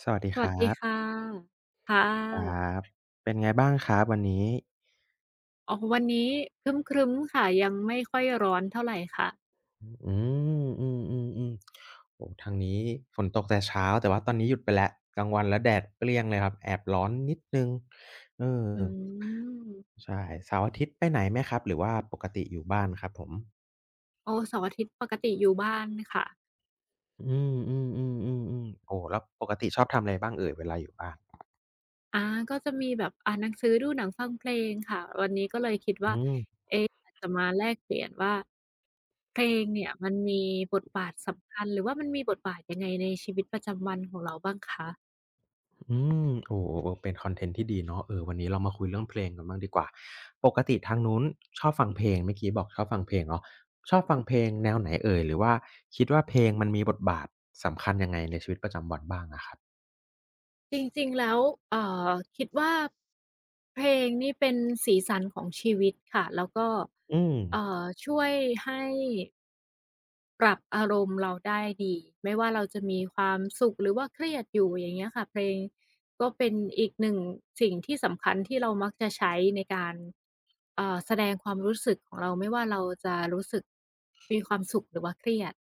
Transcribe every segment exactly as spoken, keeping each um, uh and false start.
สวัสดีสควัสรัดีบค่ะค่ครัะบเป็นไงบ้างครับวันนี้อ๋อวันนี้ครึ้มๆค่ะยังไม่ค่อยร้อนเท่าไรค่ะอืมอืมๆๆโอ้โฮทางนี้ฝนตกแต่เช้าแต่ว่าตอนนี้หยุดไปแล้วกลางวันแล้วแดดเปรี้ยงเลยครับแอบร้อนนิดหนึ่งเอออืมใช่เสาร์อาทิตย์ไปไหนไหมครับหรือว่าปกติอยู่บ้านครับผมโอ้เสาร์อาทิตย์ปกติอยู่บ้านค่ะอืมๆๆๆๆโอ้แล้วปกติชอบทำอะไรบ้างเอ่ยเวลาอยู่บ้านอาก็จะมีแบบอ่านหนังสือดูหนังฟังเพลงค่ะวันนี้ก็เลยคิดอืว่าม เอ๊ะอยากจะมาแลกเปลี่ยนว่าเพลงเนี่ยมันมีบทบาทสำคัญหรือว่ามันมีบทบาทยังไงในชีวิตประจำวันของเราบ้างคะ อืมโอ้โอ้โอ้เป็นคอนเทนต์ที่ดีเนาะเออวันนี้เรามาคุยเรื่องเพลงกันบ้างดีกว่าปกติทางนู้นชอบฟังเพลงเมื่อกี้บอกชอบฟังเพลงเนาะชอบฟังเพลงแนวไหนเอ่ยหรือว่าคิดว่าเพลงมันมีบทบาทสำคัญยังไงในชีวิตประจำวันบ้างอะครับจริงๆแล้วเอ่อคิดว่าเพลงนี่เป็นสีสันของชีวิตค่ะแล้วก็อืมเอ่อช่วยให้ปรับอารมณ์เราได้ดีไม่ว่าเราจะมีความสุขหรือว่าเครียดอยู่อย่างเงี้ยค่ะเพลงก็เป็นอีกหนึ่งสิ่งที่สำคัญที่เรามักจะใช้ในการเอ่อแสดงความรู้สึกของเราไม่ว่าเราจะรู้สึกมีความสุขหรือว่าเครียด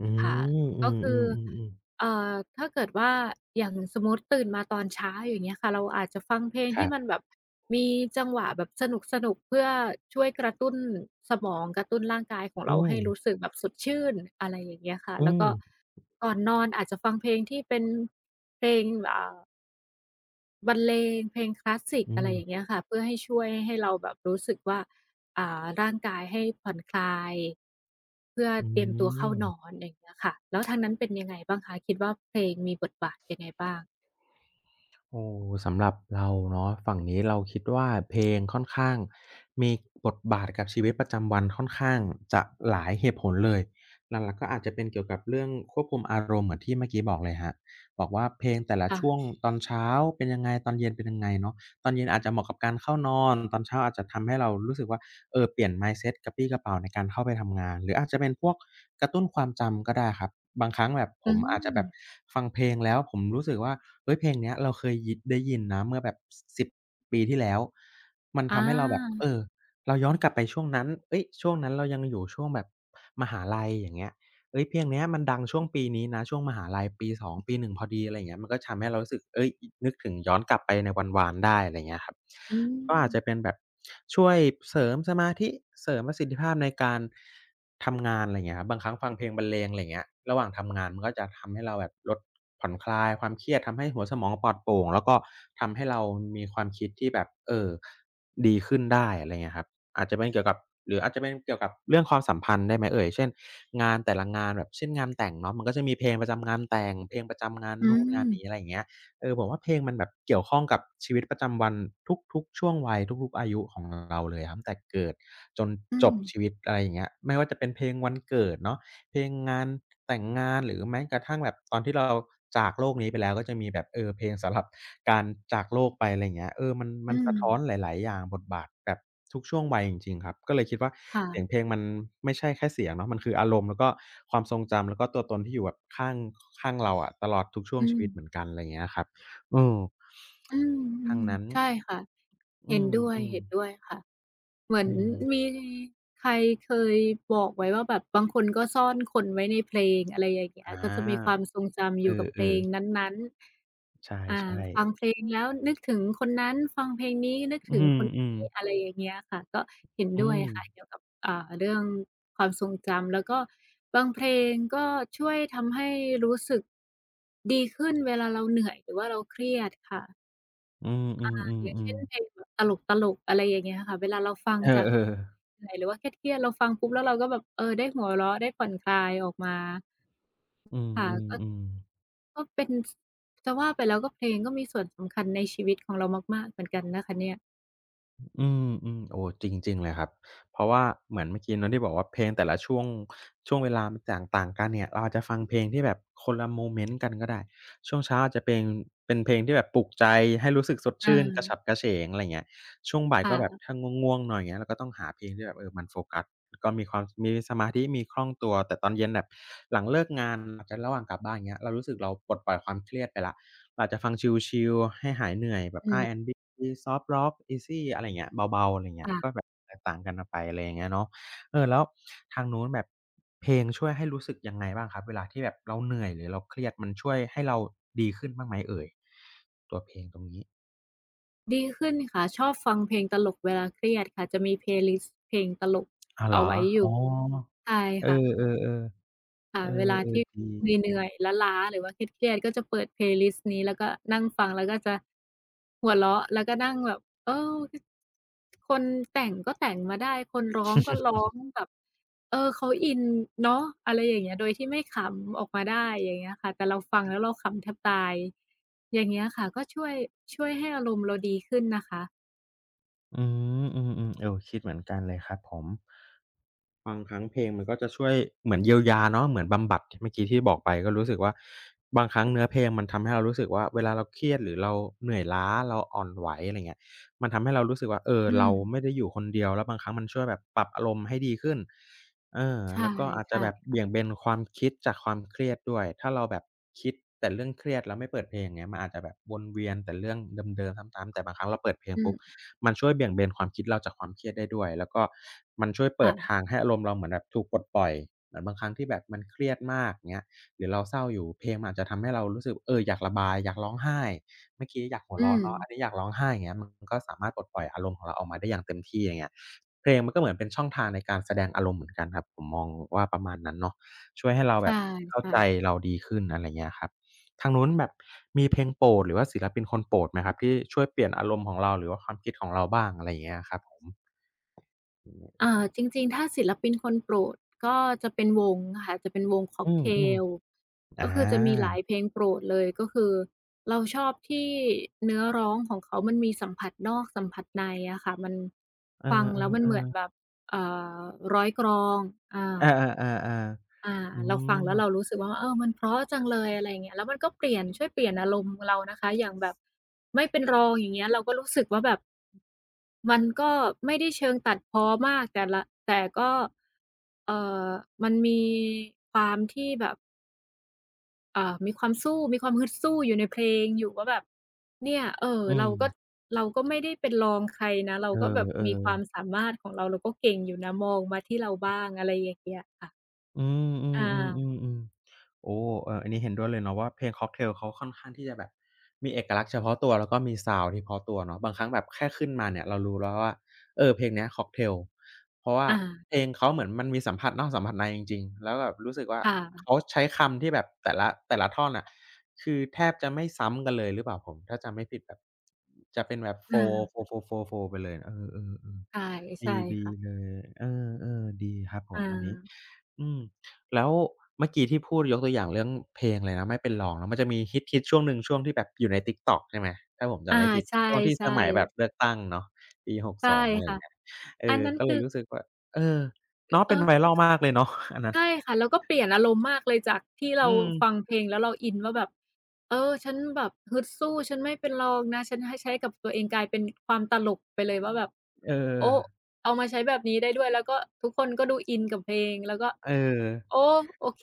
อืค่ะมอืก็คืออๆๆๆเอ่อถ้าเกิดว่าอย่างสมมุติตื่นมาตอนเช้าอย่างเงี้ยค่ะเราอาจจะฟังเพลงครัที่มันบแบบมีจังหวะแบบสนุกๆเพื่อช่วยกระตุ้นสมองกระตุ้นร่างกายของอืเรามให้รู้สึกแบบสดชื่นอะไรอย่างเงี้ยค่ะอืแล้วก็มก่อนนอนอาจจะฟังเพลงที่เป็นเพลงอ่า บรรเลงเพลงคลาสสิกอือะไรมอย่างเงี้ยค่ะเพื่อให้ช่วยให้เราแบบรู้สึกว่าอ่าร่างกายให้ผ่อนคลายเพื่ออืเตรียมตัวเข้านอม นอย่างเงี้ยค่ะแล้วทางนั้นเป็นยังไงบ้างคะคิดว่าเพลงมีบทบาทยังไงบ้างโอ้สำหรับเราเนาะฝั่งนี้เราคิดว่าเพลงค่อนข้างมีบทบาทกับชีวิตประจำวันค่อนข้างจะหลายเหตุผลเลยหลักๆก็อาจจะเป็นเกี่ยวกับเรื่องควบคุมอารมณ์เหมือนที่เมื่อกี้บอกเลยครับบอกว่าเพลงแต่ละช่วงค่ะตอนเช้าเป็นยังไงตอนเย็นเป็นยังไงเนาะตอนเย็นอาจจะเหมาะกับการเข้านอนตอนเช้าอาจจะทำให้เรารู้สึกว่า เออเปลี่ยน mindset กระปรี้กระเปร่าในการเข้าไปทำงานหรืออาจจะเป็นพวกกระตุ้นความจำก็ได้ครับบางครั้งแบบผอืมมอาจจะแบบฟังเพลงแล้วผมรู้สึกว่าเฮ้ยเพลงเนี้ยเราเคยยิได้ยินนะเมื่อแบบสิบปีที่แล้วมันอาทำให้เราแบบเออเราย้อนกลับไปช่วงนั้นเฮ้ยช่วงนั้นเรายังอยู่ช่วงแบบมหาลัยอย่างเงี้ย เฮ้ยเพลงเนี้ยมันดังช่วงปีนี้นะช่วงมหาลัยปีสองปีหนึ่งพอดีอะไรอย่างเงี้ยมันก็ทำให้เรารู้สึกเฮ้ยนึกถึงย้อนกลับไปในวันวานได้อะไรอย่างเงี้ยครับอืก็อามจจะเป็นแบบช่วยเสริมสมาธิเสริมประสิทธิภาพในการทำงานอะไรอย่างเงี้ยครับบางครั้งฟังเพลงบรรเลงอะไรอย่างเงี้ยระหว่างทำงานมันก็จะทำให้เราแบบลดผ่อนคลายความเครียดทำให้หัวสมองปลอดโปร่งแล้วก็ทำให้เรามีความคิดที่แบบเออดีขึ้นได้อะไรอย่างเงี้ยครับ อาจจะเป็นเกี่ยวกับหรืออาจจะเป็นเกี่ยวกับเรื่องความสัมพันธ์ได้ไหมเอ่ยเช่นงานแต่ละงานแบบเช่นงานแต่งเนาะมันก็จะมีเพลงประจำงานแต่งเพลงประจำงานอืนู่นงานนี้อะมไรอย่างเงี้ยเออผมว่าเพลงมันแบบเกี่ยวข้องกับชีวิตประจำวันทุกๆช่วงวัยทุกๆอายุของเราเลยอะตั้งแต่เกิดจนอืจมบชีวิตอะไรอย่างเงี้ยไม่ว่าจะเป็นเพลงวันเกิดเนาะเพลงงานแต่งงานหรือแม้กระทั่งแบบตอนที่เราจากโลกนี้ไปแล้วก็จะมีแบบเออเพลงสำหรับ การจากโลกไปอะไรอย่างเงี้ยเออมันอืมันมสะท้อนหลายๆ อย่างบทบาทแบบทุกช่วงวัยจริงๆครับ ก็เลยคิดว่าเสียงเพค่ะลงมันไม่ใช่แค่เสียงเนาะมันคืออารมณ์แล้วก็ความทรงจำแล้วก็ตัวตนที่อยู่แบบข้างข้างเราอะตลอดทุกช่วอืงชีมวิตเหมือนกันอะไรอย่างเงี้ยครับเอออืทางมนั้น ๆใช่ค่ะอืเห็นด้วยมๆๆค่ะ เหมือนอืมมีใครเคยบอกไว้ว่าแบบบางคนก็ซ่อนคนไว้ในเพลงอะไรอย่างเงี้ยอาก็จะมีความทรงจำอเอยู่กับเพอลงนๆั้นใชๆอ่า่ฟังเพๆลงแล้วนึกถึงคนนั้นฟังเพลงนี้นึกอืถึงคนมนี้อะๆไรอย่างเงี้ยค่ะก็เห็นอืด้วยมค่ะเกี่ยวกับอ่าเรื่องความทรงจำแล้วก็บางเพลงก็ช่วยทำให้รู้สึกดีขึ้นเวลาเราเหนื่อยหรือว่าเราเครียดค่ะ อืออย่างเช่นๆๆเพลงๆแบบตลกๆอะไรอย่างเงี้ยค่ะเวลาเราฟังเอจากอๆเหนื่อยหรือว่าเครียดๆเราฟังปุ๊บแล้วเราก็แบบเออได้หัวเราะได้ผ่อนคลายออกมาอืค่ะก็มๆๆ ก็เป็นสจะว่าไปแล้วก็เพลงก็มีส่วนสำคัญในชีวิตของเรามากๆเหมือนกันนะคะเนี่ยอืมอืมโอ้จริงๆเลยครับเพราะว่าเหมือนเมื่อกี้เนาะที่บอกว่าเพลงแต่ละช่วงช่วงเวลามันต่างต่างกันเนี่ยเราอาจจะฟังเพลงที่แบบคนละโมเมนต์กันก็ได้ช่วงเช้าอาจจะเป็นเป็นเพลงที่แบบปลุกใจให้รู้สึกสดอาชื่นกระฉับกระเฉงอะไรเงี้ยช่วงบ่ายก็แบบค่ะถ้าง่วงๆหน่อยอย่างเงี้ยเราก็ต้องหาเพลงที่แบบเออมันโฟกัส ก็มีความมีสมาธิมีคล่องตัวแต่ตอนเย็นแบบหลังเลิกงานอาจจะระหว่างกลับบ้านอย่างเงี้ยเรารู้สึกเราปลดปล่อยความเครียดไปแล้วเราอาจจะฟังชิลๆให้หายเหนื่อยแบบ อืม อาร์ แอนด์ บี Soft Rock Easy อะไรอย่างเงี้ยเบาๆอะไรอย่างเงี้ยก็ค่ะแบบแตกต่างกันออกไปอะไรอย่างเงี้ยเนาะเออแล้วทางนู้นแบบเพลงช่วยให้รู้สึกยังไงบ้างครับเวลาที่แบบเราเหนื่อยหรือเราเครียดมันช่วยให้เราดีขึ้นบ้างไหมเอ่ยตัวเพลงตรงนี้ดีขึ้นค่ะชอบฟังเพลงตลกเวลาเครียดค่ะจะมีเพลย์ลิสต์เพลงตลกอ้าวเหรเอาอไว้ออ๋ยู่อใช่เออค่ะ ๆๆเอค่ะอเวลาที่ๆดี เหนื่อยๆล้าๆหรือว่าเครียดๆก็จะเปิด เพลย์ลิสต์ นี้แล้วก็นั่งฟังแล้วก็จะหัวเราะแล้วก็นั่งแบบเออคคนแต่งก็แต่งมาได้คนร้องก็ร้องแบบเออเขาอินเนาะอะไรอย่างเงี้ยโดยที่ไม่ขำออกมาได้อย่างเงี้ยค่ะแต่เราฟังแล้วเราขำแทบตายอย่างเงี้ยค่ะก็ช่วยช่วยให้อารมณ์เราดีขึ้นนะคะอืมอืมๆเออคิดเหมือนกันเลยครับผมบางครั้งเพลงมันก็จะช่วยเหมือนเยียวยาเนาะเหมือนบำบัดที่เมื่อกี้ที่บอกไปก็รู้สึกว่าบางครั้งเนื้อเพลงมันทำให้เรารู้สึกว่าเวลาเราเครียดหรือเราเหนื่อยล้าเราอ่อนไหวอะไรเงี้ยมันทำให้เรารู้สึกว่าเอออืเรามไม่ได้อยู่คนเดียวแล้วบางครั้งมันช่วยแบบปรับอารมณ์ให้ดีขึ้นเออใชแล้วก็อาจจะ่แบบเบี่ๆยงเบนความคิดจากความเครียดด้วยถ้าเราแบบคิดแต่เรื่องเครียดแล้วไม่เปิดเพลงอย่างเงี้ยมันอาจจะแบบวนเวียนแต่เรื่องเดิมๆซ้ำๆแต่บางครั้งเราเปิดเพลงอืปุ๊บ มมันช่วยเบี่ยงเบนความคิดเราจากความเครียดได้ด้วยแล้วก็มันช่วยเปิดค่ะทางให้อารมณ์เราเหมือนแบบถูกปลดปล่อยเหมือนบางครั้งที่แบบมันเครียดมากอย่างเงี้ยหรือเราเศร้าอยู่เพลงมันอาจจะทำให้เรารู้สึกเอออยากระบายอยากร้องไห้เมื่อกี้อยากหัวอืมเราะเนาะอันนี้อยากร้องไห้อย่างเงี้ยมันก็สามารถปลดปล่อยอารมณ์ของเราออกมาได้อย่างเต็มที่อย่างเงี้ยเพลงมันก็เหมือนเป็นช่องทางในการแสดงอารมณ์เหมือนกันครับผมมองว่าประมาณนั้นเนาะช่วยให้เราใชแบบเข้า่ใจๆ เราดีขึ้นอะไรเงี้ยครับ ทางนู้นแบบมีเพลงโปรดหรือว่าศิลปินคนโปรดไหมครับที่ช่วยเปลี่ยนอารมณ์ของเราหรือว่าความคิดของเราบ้างอะไรอย่างเงี้ยครับผมอ่าจริงๆถ้าศิลปินคนโปรดก็จะเป็นวงค่ะจะเป็นวงค็ออืกเทมลๆอาก็คือจะมีหลายเพลงโปรดเลยก็คือเราชอบที่เนื้อร้องของเขามันมีสัมผัสนอกสัมผัสในอะค่ะมันเออฟังแล้วมันเหมือนแบๆบเอ่อร้อยกลองอา ๆอาๆๆอาๆอืเราฟังแล้วเรามรู้สึกว่าเออมันเพราะจังเลยอะไรอย่างเงี้ยแล้วมันก็เปลี่ยนช่วยเปลี่ยนอารมณ์เรานะคะอย่างแบบไม่เป็นรองอย่างเงี้ยเราก็รู้สึกว่าแบบมันก็ไม่ได้เชิงตัดพ้อมากแต่ละแต่ก็เอ่อมันมีความที่แบบอ่ามีความสู้มีความฮึดสู้อยู่ในเพลงอยู่ว่าแบบเนี่ยเอ่ออืเรามก็เราก็ไม่ได้เป็นรองใครนะเราเอก็แบบมีความอๆ สามารถของเราเราก็เก่งอยู่นะมองมาที่เราบ้างอะไรอย่างเงี้ยค่ะอืมอืมอืมอาอืมอืมโอ้เอออันนี้เห็นด้วยเลยเนาะว่าเพลง Cocktail เขาค่อนข้างที่จะแบบมีเอกลักษณ์เฉพาะตัวแล้วก็มีซาวนด์เฉพาะตัวเนาะบางครั้งแบบแค่ขึ้นมาเนี่ยเรารู้แล้วว่าเออเพลงเนี้ย Cocktail เพราะว่าอาเพลงเขาเหมือนมันมีสัมผัสนอกสัมผัสในจริงๆแล้วแบบรู้สึกว่าค่ะ เขาใช้คำที่แบบแต่ละแต่ละท่อนน่ะคือแทบจะไม่ซ้ำกันเลยหรือเปล่าผมถ้าจำไม่ผิดแบบจะเป็นแบบโฟร์อาโฟร์โฟร์โฟร์โฟร์ไปเลยเออใช่ๆๆใช่ดีดีค่ะเลยเออๆดีครับผมอาอันนี้ อืมแล้วเมื่อกี้ที่พูดยกตัวอย่างเรื่องเพลงเลยนะไม่เป็นรองแล้วมันจะมีฮิตๆช่วงหนึ่งช่วงที่แบบอยู่ใน TikTok ใช่ไหมถ้าผมจำอาไม่ผิดใช่ช่วงที่สมัยแบบๆเลือกตั้งเนาะปีใช่หกสิบสององอะไรอค่ะย่างเงี้ยเออันอนั้นก็เลคือยรู้สึกว่าเออเนาะเป็น เออ viral มากเลยเนาะ อันนั้นใช่ค่ะแล้วก็เปลี่ยนอารมณ์มากเลยจากที่อืเรามฟังเพลงแล้วเราอินว่าแบบเออฉันแบบฮึดสู้ฉันไม่เป็นรองนะฉันให้ใช้กับตัวเองกลายเป็นความตลกไปเลยว่าแบบเอโอ้อเอามาใช้แบบนี้ได้ด้วยแล้วก็ทุกคนก็ดูอินกับเพลงแล้วก็เออโอ้โอเค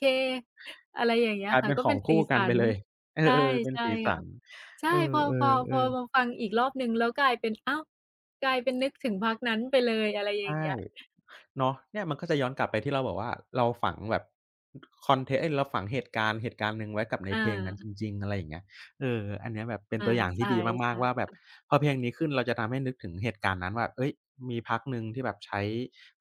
อะไรอย่างเงี้กยลายค่ะเป็นก็ขอเป็งนสีคู่กันสัไปนเลย เอใช่อๆเป็นใช่สีค่ะ สันใช่เอพอพอพออๆมาๆฟังอีกรอบหนึ่งแล้วกลายเป็นอ้าวกลายเป็นนึกถึงพรรคนั้นไปเลยอะไรอย่างใช่ เงี้ยเนาะเนี่ยมันก็จะย้อนกลับไปที่เราบอกว่าเราฝังแบบคอนเทกต์เอ๊ยเราฝังเหตุการณ์เหตุการณ์หนึ่งไว้กับในอเพลงนั้นจาริงๆอะไรอย่างเงี้ยเอออันเนี้ยแบบเป็นอาตัวอย่างใช่ที่ดีมากๆว่าแบบๆ พอเพลงนี้ขึ้นเราจะทำให้นึกถึงเหตุการณ์นั้นว่าเฮ้ยมีพักหนึ่งที่แบบใช้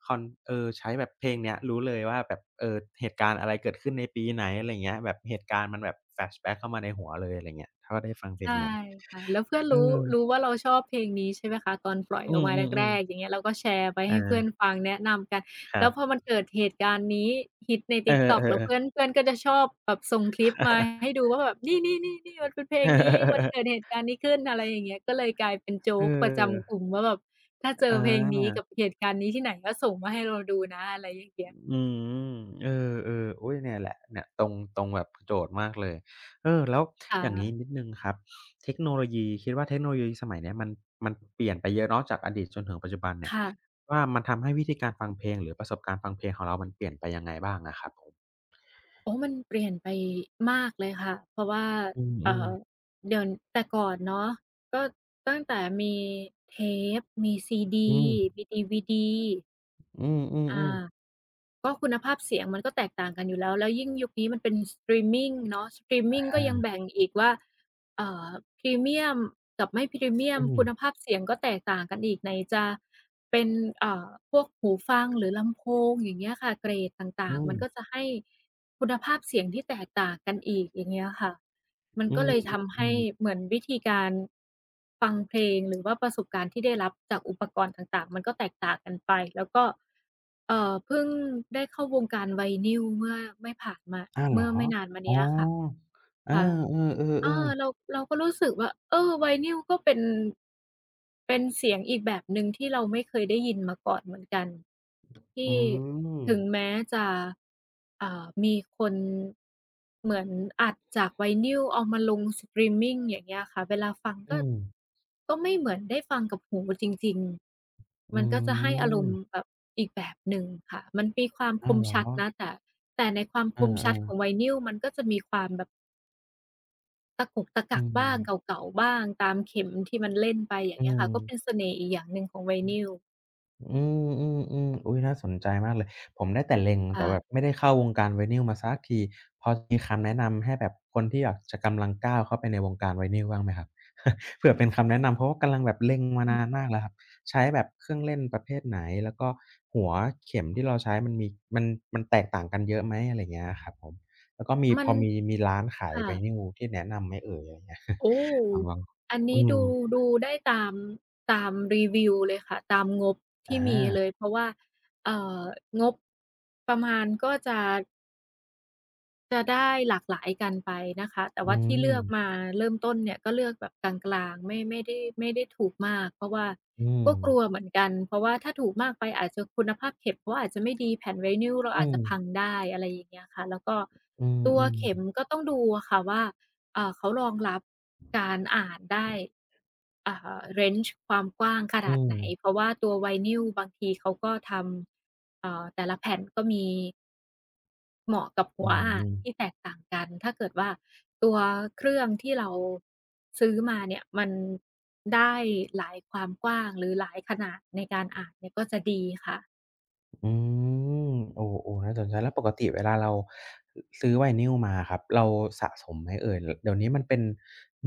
คอนเออใช้แบบเพลงเนี้ยรู้เลยว่าแบบเอ่อเหตุการณ์อะไรเกิดขึ้นในปีไหนอะไรอย่างเงี้ยแบบเหตุการณ์มันแบบแฟลชแบ็กเข้ามาในหัวเลยอะไรอย่างเงี้ยถ้าได้ฟังเพลใช่งนั้นค่ะแล้วเพื่อนเอรู้อรู้ว่าเราชอบเพลงนี้ใช่ไหมคะตอนปล่อยอืออกมาแรมกๆอย่างๆๆเงี้ยเราก็แชร์ไปอาให้เพื่อนฟังแนะนำกันคแล้รัวพอบมันเกิดเหตุการณ์นี้ฮิตใน เออ TikTok แล้วๆเพื่อนๆเพื่อนก็จะชอบแบบส่งคลิปมาให้ดูว่าแบบนี่ๆๆๆมันเป็นเพลเองอนี้มันเกิๆดๆๆ เหตุการณ์นี้ขึ้นอะไรอย่างเงี้ยก็เลยกลายเป็นโจ๊ เกประจำกอลุ่อ มว่าแบบถ้าเจออเพลงนี้กัาบเหตุการณ์นี้ที่ไหนก็ส่งมาให้เราดูนะอะไรอย่างเงี้ยอืมเออๆอุ๊ยเนี่ยแหละเนี่ยตรงตรงแบบโจทย์มากเลยเออแล้วคอย่างงี้่ะนิดหนึ่งครับเทคโนโลยีคิดว่าเทคโนโลยีสมัยเนี้ยมันมันเปลี่ยนไปเยอะเนาะจากอดีตจนถึงปัจจุบันเนี่ยค่ะ ว่ามันทำให้วิธีการฟังเพลงหรือประสบการณ์ฟังเพลงของเรามันเปลี่ยนไปยังไงบ้างอะครับผมโอ้มันเปลี่ยนไปมากเลยค่ะเพราะว่าอืเอ่มอๆเดี๋ยวแต่ก่อนเนาะก็ตั้งแต่มีเทปมีซีดีอืมีดีวีดี มอือมาก็คุณภาพเสียงมันก็แตกต่างกันอยู่แล้วแล้วยิ่งยุคนี้มันเป็นสตรีมมิงเนาะสตรีมๆอมิงก็ายังแบ่งอีกว่าเอ่อพรีเมียมกับไม่พรีเมียๆมอืมคุณภาพเสียงก็แตกต่างกันอีกไหนจะเป็นเอ่อพวกหูฟังหรือลำโพงอย่างเงี้ยค่ะเกรดต่าอืงๆมมันก็จะให้คุณภาพเสียงที่แตกต่างกันอีกอย่างเงี้ยค่ะ มันอืก็มเลยอทำืให้มๆเหมือนวิธีการฟังเพลงหรือว่าประสบการณ์ที่ได้รับจากอุปกรณ์ต่างๆมันก็แตกต่างกันไปแล้วก็เอ่อเพิ่งได้เข้าวงการไวนิลเมื่อไม่ผ่านมาๆอ้าวเหรเมื่ออไม่นานมาอ๋อเนี้ยค่ะเออค่ะ เอเอออๆเราๆเราก็รู้สึกว่าเออไวนิลก็เป็นเป็นเสียงอีกแบบหนึ่งที่เราไม่เคยได้ยินมาก่อนเหมือนกันอืที่มถึงแม้จะอ่ามีคนเหมือนอัดจากไวนิลเอามาลงสตรีมมิงอย่างเงี้ยค่ะเวลาฟังก็อืม ก็ไม่เหมือนได้ฟังกับหูจริงๆอืมันก็จะให้อารมณ์มแบบอีกแบบหนึ่งค่ะมันมีความคอ้าวมเหรอชัดนะแต่แต่ในความคอมชัดของาไวนิลมันก็จะมีความแบบ ตะกุกตะๆกัอืกบ้ามงเก่าๆบ้างตามเข็มที่มันเล่นไปอย่างอืเงี้ยค่ะม ก็เป็นเสน่ห์อีกอย่างหนึ่งของไวนิลอืมอืมอมอุ๊ยน่าสนใจมากเลยผมได้แต่เล็งแต่แบบค่ะไม่ได้เข้าวงการไวนิลมาสักทีพอจะมีคำแนะนำให้แบบคนที่อยากจะกำลังก้าวเข้าไปในวงการไวนิลบ้างไหมครับ เผื่อเป็นคำแนะนำเพราะว่ากำลังแบบเล็งมานานมากแล้วครับใช้แบบเครื่องเล่นประเภทไหนแล้วก็หัวเข็มที่เราใช้มันมีมันมันแตกต่างกันเยอะไหมอะไรอย่างเงี้ยครับผมแล้วก็มีมัพนอมีมีร้านขายค่ะไวนิลที่แนะนำไหมเอ่ยอะไรอย่างเงี้ย โอ้ ลองลองอันนี้อืมดูดูได้ตามตามรีวิวเลยค่ะตามงบอที่มีเลยาเพราะว่าเอ่องบประมาณก็จะ จะได้หลากหลายกันไปนะคะแต่อืว่าที่มเลือกมาเริ่มต้นเนี่ยก็เลือกแบบกลางๆไม่ไม่ได้ไม่ได้ถูกมากเพราะว่าอืมก็กลัวเหมือนกันเพราะว่าถ้าถูกมากไปอาจจะคุณภาพเข็มเขาอาจจะไม่ดีแผ่น vinyl เราอือาจม จะพังได้อะไรอย่างเงี้ยค่ะแล้วก็อืตัวเข็มมก็ต้องดูอะค่ะว่าอ่าเขารองรับการอ่านได้อ่าเรนจ์ความกว้างขนาอืดมไหนเพราะว่าตัว vinyl บางทีเขาก็ทำเอ่อแต่ละแผ่นก็มี เหมาะกับอืหัวมอ่าอืนมที่แตกต่างกัน ถ้าเกิดว่าตัวเครื่องที่เราซื้อมาเนี่ยมันได้หลายความกว้างหรือหลายขนาดในการอ่านเนี่ยก็จะดีค่ะอืมโอ้ๆน่าสนใจแล้วปกติเวลาเราซื้อไวนิลมาอะครับเราสะสมไหมเอ่ยลเดี๋ยวนี้มันเป็น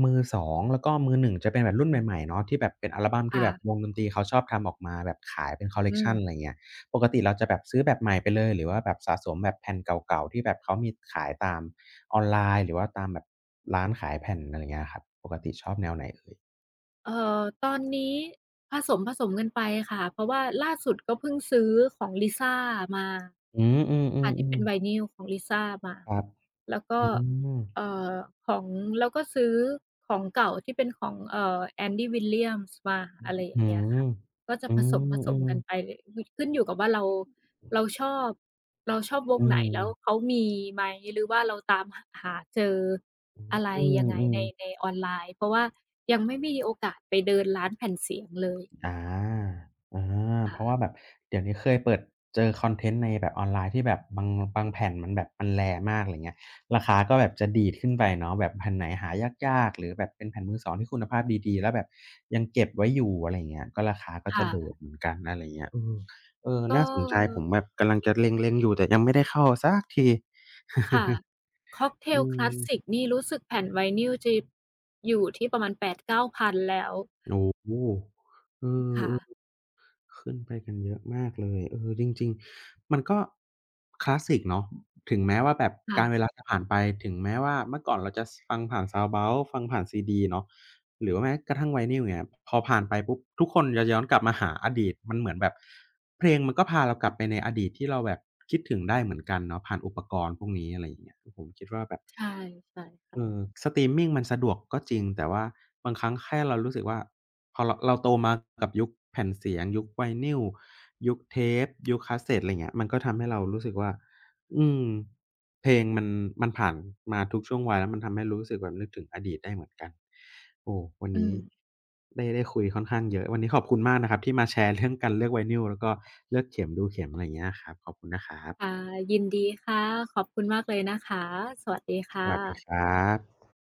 มือสองแล้วก็มือหนึ่งจะเป็นแบบรุ่นใหม่ๆเนาะที่แบบเป็นอัลบัมที่แบบวค่ะงดนตรีเขาชอบทำออกมาแบบขายเป็นคัลเลอืกมชันอะไรเงี้ยปกติเราจะแบบซื้อแบบใหม่ไปเลยหรือว่าแบบสะสมแบบแผ่นเก่าๆที่แบบเขามีขายตามออนไลน์หรือว่าตามแบบร้านขายแผ่นอะไรเงี้ยครับปกติชอบแนวไหนเอ่ยเอ่อตอนนี้ผสมผสมกันไปค่ะเพราะว่าล่าสุดก็เพิ่งซื้อของ Lisa มาอืมอืค่ะที่อเป็นๆไวๆนิลของ Lisa มาครับแล้วก็อืม เอ่อของแล้วก็ซื้อของเก่าที่เป็นของเอ่อ Andy Williams มาอืมอะไรออืย่างเงี้มยค่ะ ก็จะอืผสมผมสอืมกันไปมลขึ้นอยู่กับว่าเราเราชอบเราชอบวงอืไหนมแล้วเขามีไหมหรือว่าเราตามหหาเจออะไรอืยังไงในในมออนไลน์เพราะว่ายังไม่มีโอกาสไปเดินร้านแผ่นเสียงเลยอาอาเพราะว่าค่ะแบบเดี๋ยวนี้เคยเปิดเจอคอนเทนต์ในแบบออนไลน์ที่แบบบางบางแผ่นมันแบบมัน rare มากอะไรเงี้ยราคาก็แบบจะดีดขึ้นไปเนาะแบบแผ่นไหนหายากๆหรือแบบเป็นแผ่นมือสองที่คุณภาพดีๆแล้วแบบยังเก็บไว้อยู่อะไรเงี้ยก็ราคาก็จะโดดค่ะเหมือนกันอะไรเงี้ยอืมเออ ก็น่าสนใจผมแบบกำลังจะเล็งๆอยู่แต่ยังไม่ได้เข้าสักที ค่ะค็อกเท ลอืคลาสม สิกนี่รู้สึกแผ่นไวนิลจะอยู่ที่ประมาณแปดถึงเก้าพันแล้วโอ้โฮเอค่ะอๆขึ้นไปกันเยอะมากเลยเออจริงๆมันก็คลาสสิกเนาะถึงแม้ว่าแบบการเวค่ะลาจะผ่านไป ถึงแม้ว่าเมื่อก่อนเราจะสฟังผ่าน Soundbound ฟังผ่านซีดีเนาะหรือว่าแม้กระทั่งไวนิลอย่างเงี้ยพอผ่านไปปุ๊บทุกคนจะย้อนกลับมาหาอดีต มันเหมือนแบบเพลงมันก็พาเรากลับไปในอดีตที่เราแบบคิดถึงได้เหมือนกันเนาะผ่านอุปกรณ์พวกนี้อะไรอย่างเงี้ยผมคิดว่าแบบ ใช่ใช่เอค่ะอสตรีมมิงมันสะดวกก็จริงแต่ว่าบางครั้งแค่เรารู้สึกว่าพอเราเราโตมากับยุคแผ่นเสียงยุคไวนิลยุคเทปยุคคาสเซตอะไรเงี้ยมันก็ทำให้เรารู้สึกว่าอืมเพลงมันมันผ่านมาทุกช่วงวัยแล้วมันทำให้รู้สึกแบบนึกถึงอดีตได้เหมือนกันโอ้วันอืนี้ม ได้ได้คุยค่อนข้างเยอะวันนี้ขอบคุณมากนะครับที่มาแชร์เรื่องการเลือกไวนิลแล้วก็เลือกเข็มดูเข็มอะไรอย่างเงี้ยครับขอบคุณนะครัค่ะบยินดีค่ะ ขอบคุณมากเลยนะคะ สวัสดีสค่ะวัสดีครับ